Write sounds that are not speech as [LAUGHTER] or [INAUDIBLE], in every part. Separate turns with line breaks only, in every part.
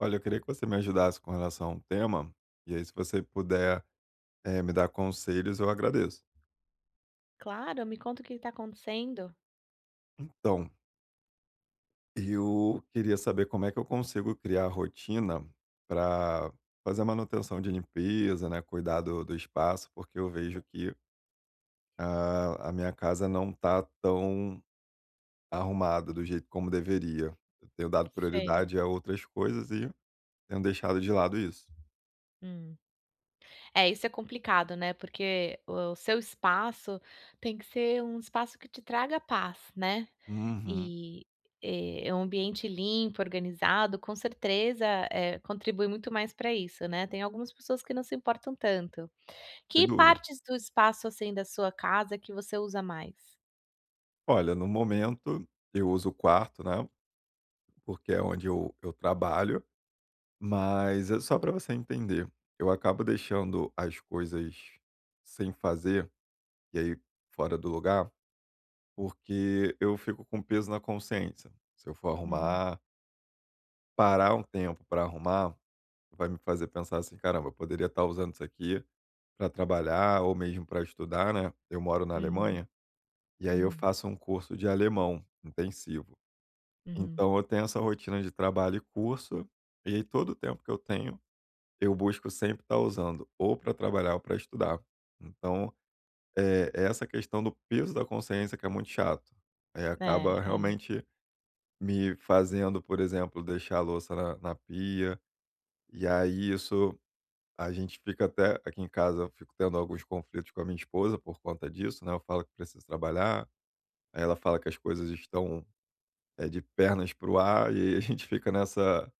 Olha, eu queria que você me ajudasse com relação a um tema, e aí se você puder, me dar conselhos, eu agradeço.
Claro, me conta o que está acontecendo.
Então, eu queria saber como é que eu consigo criar rotina para fazer a manutenção de limpeza, né, cuidar do espaço, porque eu vejo que a minha casa não está tão arrumada do jeito como deveria. Eu tenho dado
Sei.
prioridade a outras coisas e tenho deixado de lado isso.
Hum. É, isso é complicado, né, porque o seu espaço tem que ser um espaço que te traga paz, né,
Uhum,
e, é um ambiente limpo, organizado, com certeza, contribui muito mais para isso, né. Tem algumas pessoas que não se importam tanto.
sem
Que
dúvidas.
partes do espaço, assim, da sua casa que você usa mais?
Olha, no momento eu uso o quarto, né? Porque é onde eu trabalho, mas é só para você entender. Eu acabo deixando as coisas sem fazer, e aí fora do lugar, porque eu fico com peso na consciência. Se eu for
Uhum,
arrumar, parar um tempo para arrumar, vai me fazer pensar assim: caramba, eu poderia estar usando isso aqui para trabalhar ou mesmo para estudar, né? Eu moro na
uhum,
Alemanha, e aí eu
uhum,
faço um curso de alemão intensivo.
uhum.
Então eu tenho essa rotina de trabalho e curso, e aí todo o tempo que eu tenho eu busco sempre estar usando ou para trabalhar ou para estudar. Então, é essa questão do peso da consciência que é muito chato. É,
É,
acaba
é.
realmente me fazendo, por exemplo, deixar a louça na pia. E aí isso a gente fica até aqui em casa, eu fico tendo alguns conflitos com a minha esposa por conta disso, né? Eu falo que preciso trabalhar, aí ela fala que as coisas estão é, de pernas para o ar, e aí a gente fica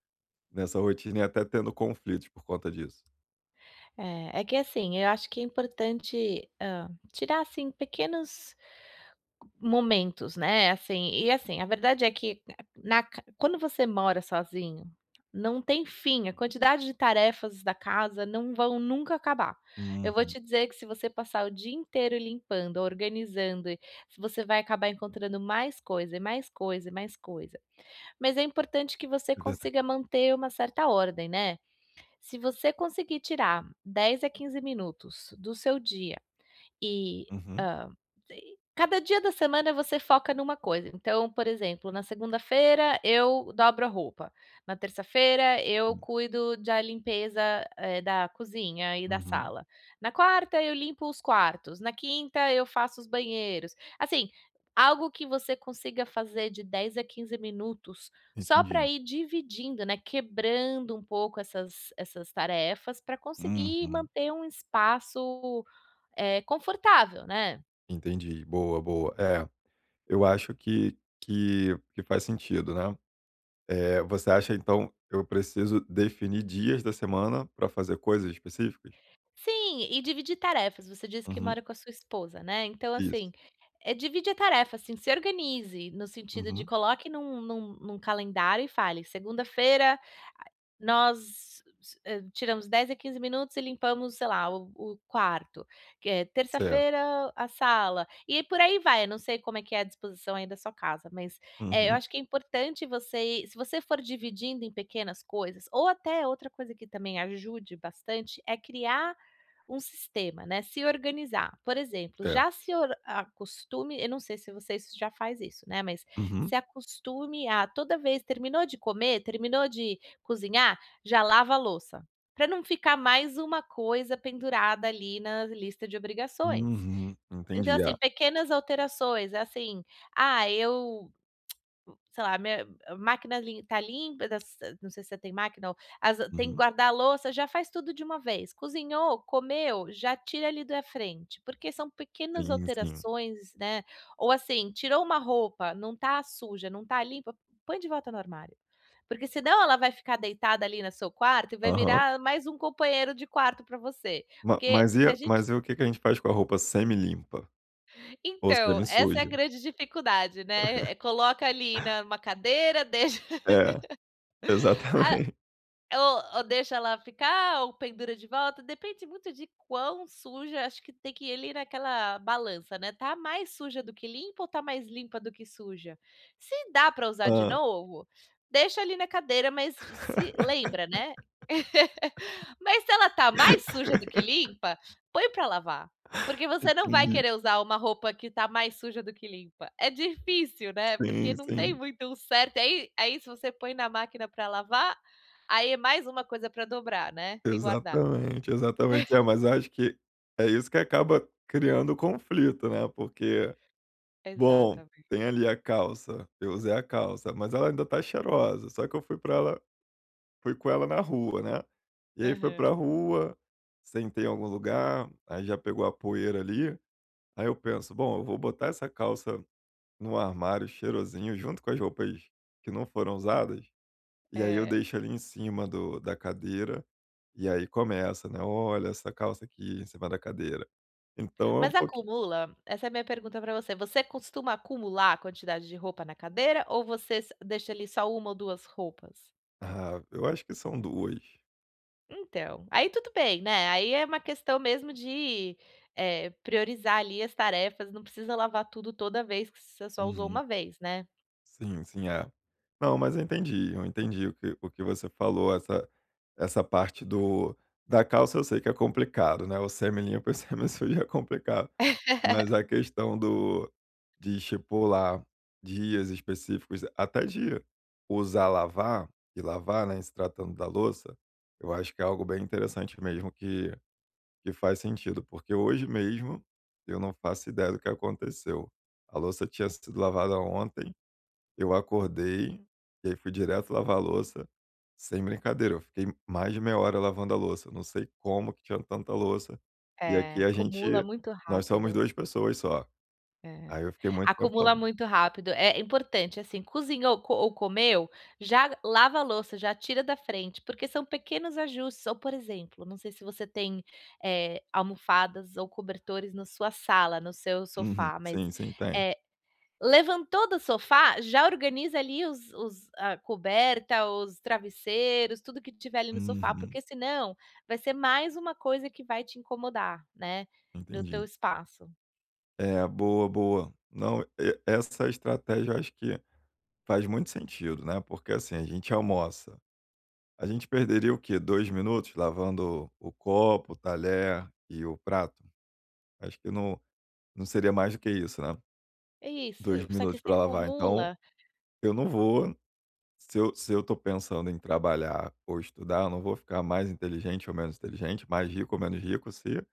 nessa rotina e até tendo conflitos por conta disso.
É, é que assim, eu acho que é importante, tirar, assim, pequenos momentos, né, assim, e assim, a verdade é que na ca quando você mora sozinho, não tem fim, a quantidade de tarefas da casa não vão nunca acabar. Eu vou
Uhum.
te dizer que se você passar o dia inteiro limpando, organizando, você vai acabar encontrando mais coisa e mais coisa e mais coisa. Mas é importante que você
É verdade.
consiga manter uma certa ordem, né. Se você conseguir tirar 10 a 15 minutos do seu dia e,
Uhum.
hã, e cada dia da semana você foca numa coisa. Então, por exemplo, na segunda-feira eu dobro a roupa, na terça-feira eu cuido da limpeza, da cozinha e da
Uhum,
sala, na quarta eu limpo os quartos, na quinta eu faço os banheiros. Assim, algo que você consiga fazer de 10 a 15 minutos só para
entendi.
ir dividindo, né, quebrando um pouco essas tarefas para conseguir
Uhum,
manter um espaço confortável, né.
entendi. Boa, boa. É, eu acho que que faz sentido, né. Eh, você acha então, eu preciso definir dias da semana para fazer coisas específicas?
Sim, e dividir tarefas. Você disse que
Uhum,
mora com a sua esposa, né. Então, assim,
isso.
é divide a tarefa, assim, se organize, no sentido de
Uhum,
coloque num calendário e fale: "Segunda-feira Nós s tiramos 10 a 15 minutos e limpamos, sei lá, o quarto, que é
certo.
terça-feira a sala, e aí por aí vai, eu não sei como é que é a disposição aí da sua casa, mas, eu
Uhum,
acho que é importante você ir se você for dividindo em pequenas coisas ou até outra coisa que também ajude bastante, é criar um sistema, né, se organizar. Por exemplo,
certo.
já se or acostume, eu não sei se você isso já faz isso, né, mas se
Uhum,
acostume a toda vez terminou de comer, terminou de cozinhar, já lava a louça, para não ficar mais uma coisa pendurada ali na lista de obrigações.
uhum,
Então,
entendi. É,
assim, pequenas alterações, é assim, ah, eu sei lá, minha a máquina lim tá limpa, das, não sei se você tem máquina, ou as tem que
uhum,
guardar a louça, já faz tudo de uma vez. Cozinhou, comeu, já tira ali da frente, porque são pequenas
sim, sim.
alterações, né, ou assim, tirou uma roupa, não tá suja, não tá limpa, põe de volta no armário. Porque senão ela vai ficar deitada ali no seu quarto e vai
Aham.
virar mais um companheiro de quarto para você.
Ma
Porque
mas e
se a
a
gente
mas e o que que a gente faz com a roupa semi-limpa ou
então, essa é a
semi-suja?
grande dificuldade, né, coloca ali na, numa cadeira, deixa.
É,
[LAUGHS]
exatamente.
Ou deixa lá ficar, ou pendura de volta, depende muito de quão suja. Acho que tem que ele ir naquela balança, né, tá mais suja do que limpa ou tá mais limpa do que suja? Se dá para usar
[LAUGHS]
de
Hã,
novo, deixa ali na cadeira, mas se lembra, né. [LAUGHS] Mas se ela tá mais suja do que limpa, põe para lavar, porque você não vai
entendi.
querer usar uma roupa que tá mais suja do que limpa. É difícil, né, porque
Sim,
não tem
sim.
muito um certo, aí se você põe na máquina para lavar, aí é mais uma coisa para dobrar, né, e guardar.
Exatamente, exatamente. É, mas eu acho que é isso que acaba criando o conflito, né, porque, bom,
Exatamente.
tem ali a calça, eu usei a calça, mas ela ainda tá cheirosa, só que eu fui para ela fui com ela na rua, né, e aí foi
Aham.
pra rua, sentei em algum lugar, aí já pegou a poeira ali, aí eu penso: "Bom, eu vou botar essa calça no armário cheirosinho junto com as roupas que não foram usadas, e aí eu
É.
deixo ali em cima do da cadeira e aí começa, né, Olha, essa calça aqui em cima da cadeira". Então é um
Mas
pouquinho.
acumula? Essa é a minha pergunta para você. Você costuma acumular a quantidade de roupa na cadeira ou você s deixa ali só uma ou 2 roupas?
Ah, eu acho que são 2.
Então, aí tudo bem, né, aí é uma questão mesmo de, priorizar ali as tarefas, não precisa lavar tudo toda vez que você só usou
Uhum.
uma vez, né.
Sim, sim, é. Não, mas eu entendi o que você falou, essa essa parte do da calça eu sei que é complicado, né, o semi-limpo e o semi-sujo [LAUGHS] é complicado. Mas
[LAUGHS]
a questão do de estipular dias específicos, até de usar lavar e lavar, né, em se tratando da louça, eu acho que é algo bem interessante mesmo que. Que faz sentido, porque hoje mesmo eu não faço ideia do que aconteceu. A louça tinha sido lavada ontem, eu acordei e aí fui direto lavar a louça. Sem brincadeira, eu fiquei mais de meia hora lavando a louça. Eu não sei como que tinha tanta louça. E
É,
aqui a
acumula
gente
muito
nós somos
rápido.
2 pessoas só.
É.
Aí eu fiquei muito tempo
Acumula
lavando.
muito rápido. É importante, assim, cozinhou co ou comeu, já lava a louça, já tira da frente, porque são pequenos ajustes. Ou, por exemplo, não sei se você tem, almofadas ou cobertores na sua sala, no seu
Uhum.
sofá, mas,
Sim, sim, tem.
eh, levantou do sofá, já organiza ali os a coberta, os travesseiros, tudo que tiver ali no sofá,
Uhum.
porque senão vai ser mais uma coisa que vai te incomodar, né, do teu
Entendi.
espaço.
É, boa, boa. Não, e essa estratégia eu acho que faz muito sentido, né, porque assim, a gente almoça. A gente perderia o quê? 2 minutos lavando o copo, o talher e o prato? Acho que não seria mais do que isso, né.
É isso,
2
só que
minutos
você
para lavar. Então,
acumula,
eu não vou, se eu tô pensando em trabalhar ou estudar, eu não vou ficar mais inteligente ou menos inteligente, mais rico ou menos rico, se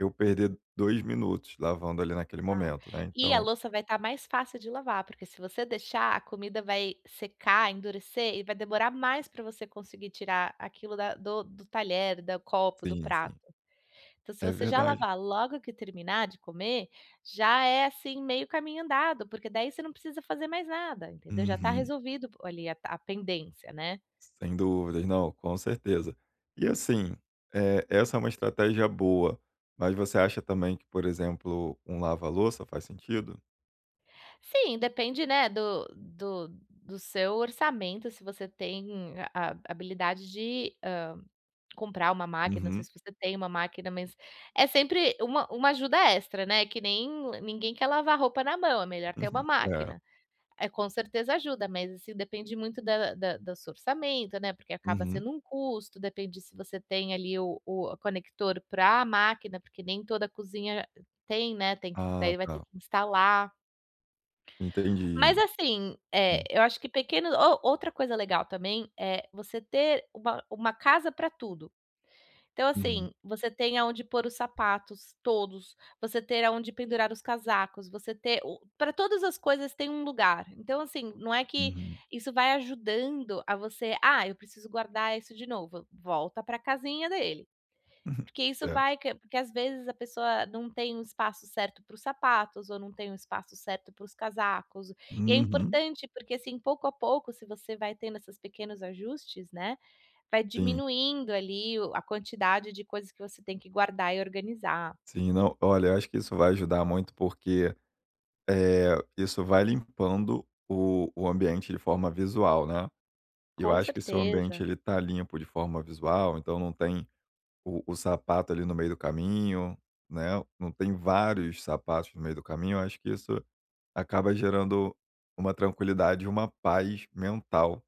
eu perder 2 minutos lavando ali naquele
claro.
momento, né.
E a
Então
louça vai estar mais fácil de lavar, porque se você deixar, a comida vai secar, endurecer e vai demorar mais para você conseguir tirar aquilo da do talher, do copo, do
sim,
prato.
sim.
Então, se
É
você já
verdade.
lavar logo que terminar de comer, já é, assim, meio caminho andado, porque daí você não precisa fazer mais nada, entendeu? Já está
Uhum.
resolvido ali a pendência, né.
Sem dúvidas, não, com certeza. E assim, essa é uma estratégia boa, mas você acha também que, por exemplo, um lava-louça faz sentido?
Sim, depende, né, do seu orçamento, se você tem a habilidade de comprar uma máquina, não sei
Uhum,
se você tem uma máquina, mas é sempre uma ajuda extra, né, que nem ninguém quer lavar roupa na mão, é melhor ter uma
uhum. É,
máquina. É com certeza ajuda, mas, assim, depende muito da da do seu orçamento, né, porque acaba
uhum.
sendo um custo, depende se você tem ali o conector para a máquina, porque nem toda cozinha tem, né, tem que
Ah,
daí vai ter
tá.
que instalar. Mas,
Entendi.
assim, é
Hum,
eu acho que pequeno ou outra coisa legal também é você ter uma casa para tudo. Então, assim,
uhum,
você tem aonde pôr os sapatos todos, você ter aonde pendurar os casacos, você ter para todas as coisas tem um lugar. Então, assim, não é que
uhum,
isso vai ajudando a você: "Ah, eu preciso guardar isso de novo", volta para a casinha dele.
[LAUGHS]
Porque isso
certo.
vai que porque às vezes a pessoa não tem um espaço certo para os sapatos ou não tem um espaço certo para os casacos. E é
Uhum.
importante, porque assim, pouco a pouco, se você vai tendo esses pequenos ajustes, né, vai
Sim,
diminuindo ali o a quantidade de coisas que você tem que guardar e organizar.
sim. Não, olha, eu acho que isso vai ajudar muito porque, isso vai limpando o ambiente de forma visual, né. Eu
Com
acho que se o ambiente
certeza.
ele tá limpo de forma visual, então não tem. O sapato ali no meio do caminho, né, não tem vários sapatos no meio do caminho, eu acho que isso acaba gerando uma tranquilidade, uma paz mental.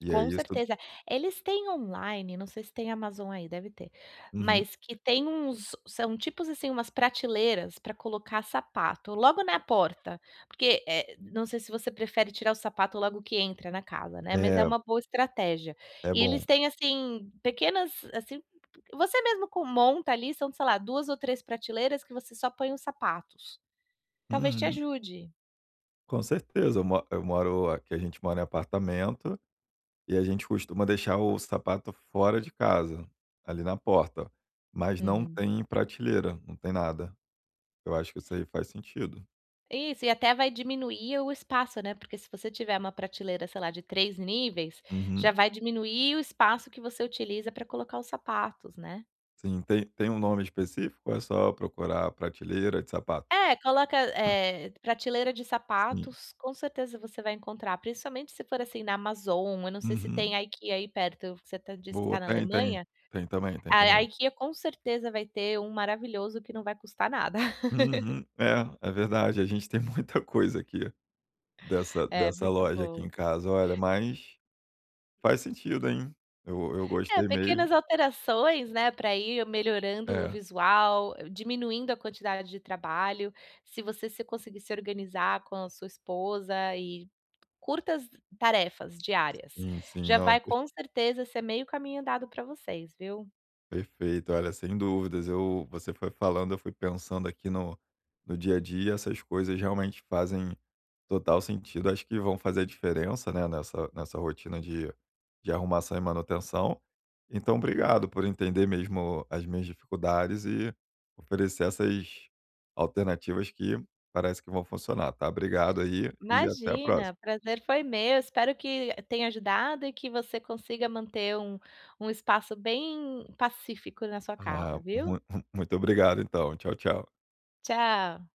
E é
Com
isso.
certeza. Eles têm online, não sei se tem Amazon aí, deve ter,
Uhum.
mas que tem uns são tipos, assim, umas prateleiras para colocar sapato logo na porta, porque, não sei se você prefere tirar o sapato logo que entra na casa, né, mas é
É,
uma boa estratégia.
é
E
bom.
eles têm, assim, pequenas, assim, você mesmo com monta ali, são, sei lá, 2 ou 3 prateleiras que você só põe os sapatos. Talvez te
Uhum.
ajude.
Com certeza, eu moro aqui, a gente mora em apartamento, e a gente costuma deixar o sapato fora de casa, ali na porta, mas não
Uhum.
tem prateleira, não tem nada. Eu acho que isso aí faz sentido.
Isso, e até vai diminuir o espaço, né, porque se você tiver uma prateleira, sei lá, de 3 níveis, já
Uhum.
vai, uhum, diminuir o espaço que você utiliza para colocar os sapatos, né.
Sim, tem um nome específico ou é só procurar prateleira de sapato?
É, coloca, prateleira de
Sim.
sapatos, com certeza você vai encontrar, principalmente se for, assim, na Amazon, eu não sei se tem
Uhum.
a IKEA aí perto, você até disse que está
Boa,
na
tem, tem.
Alemanha,
Tem também, tem
a
também.
IKEA com certeza vai ter um maravilhoso que não vai custar nada. [LAUGHS]
Uhum. É, é verdade, a gente [LAUGHS] tem muita coisa aqui
É,
dessa
muito
loja aqui
bom.
em casa, olha, mas faz sentido, hein. Eu
É,
gostei. Meio
pequenas alterações, né, para ir melhorando o
é,
visual, diminuindo a quantidade de trabalho. Se você se conseguir se organizar com a sua esposa e curtas tarefas diárias,
sim, sim,
já vai
não.
com certeza ser meio caminho andado para vocês, viu.
Perfeito, olha, sem dúvidas. Eu, você foi falando, eu fui pensando aqui no dia a dia, essas coisas realmente fazem total sentido. Acho que vão fazer diferença, né, nessa rotina de arrumação e manutenção. Então, obrigado por entender mesmo as minhas dificuldades e oferecer essas alternativas que parece que vão funcionar, tá? Obrigado aí e até a próxima.
Imagina, prazer foi meu, espero que tenha ajudado e que você consiga manter um espaço bem pacífico na sua casa,
Ah, ah,
viu.
[LAUGHS] muito obrigado então. Tchau, tchau.
Tchau.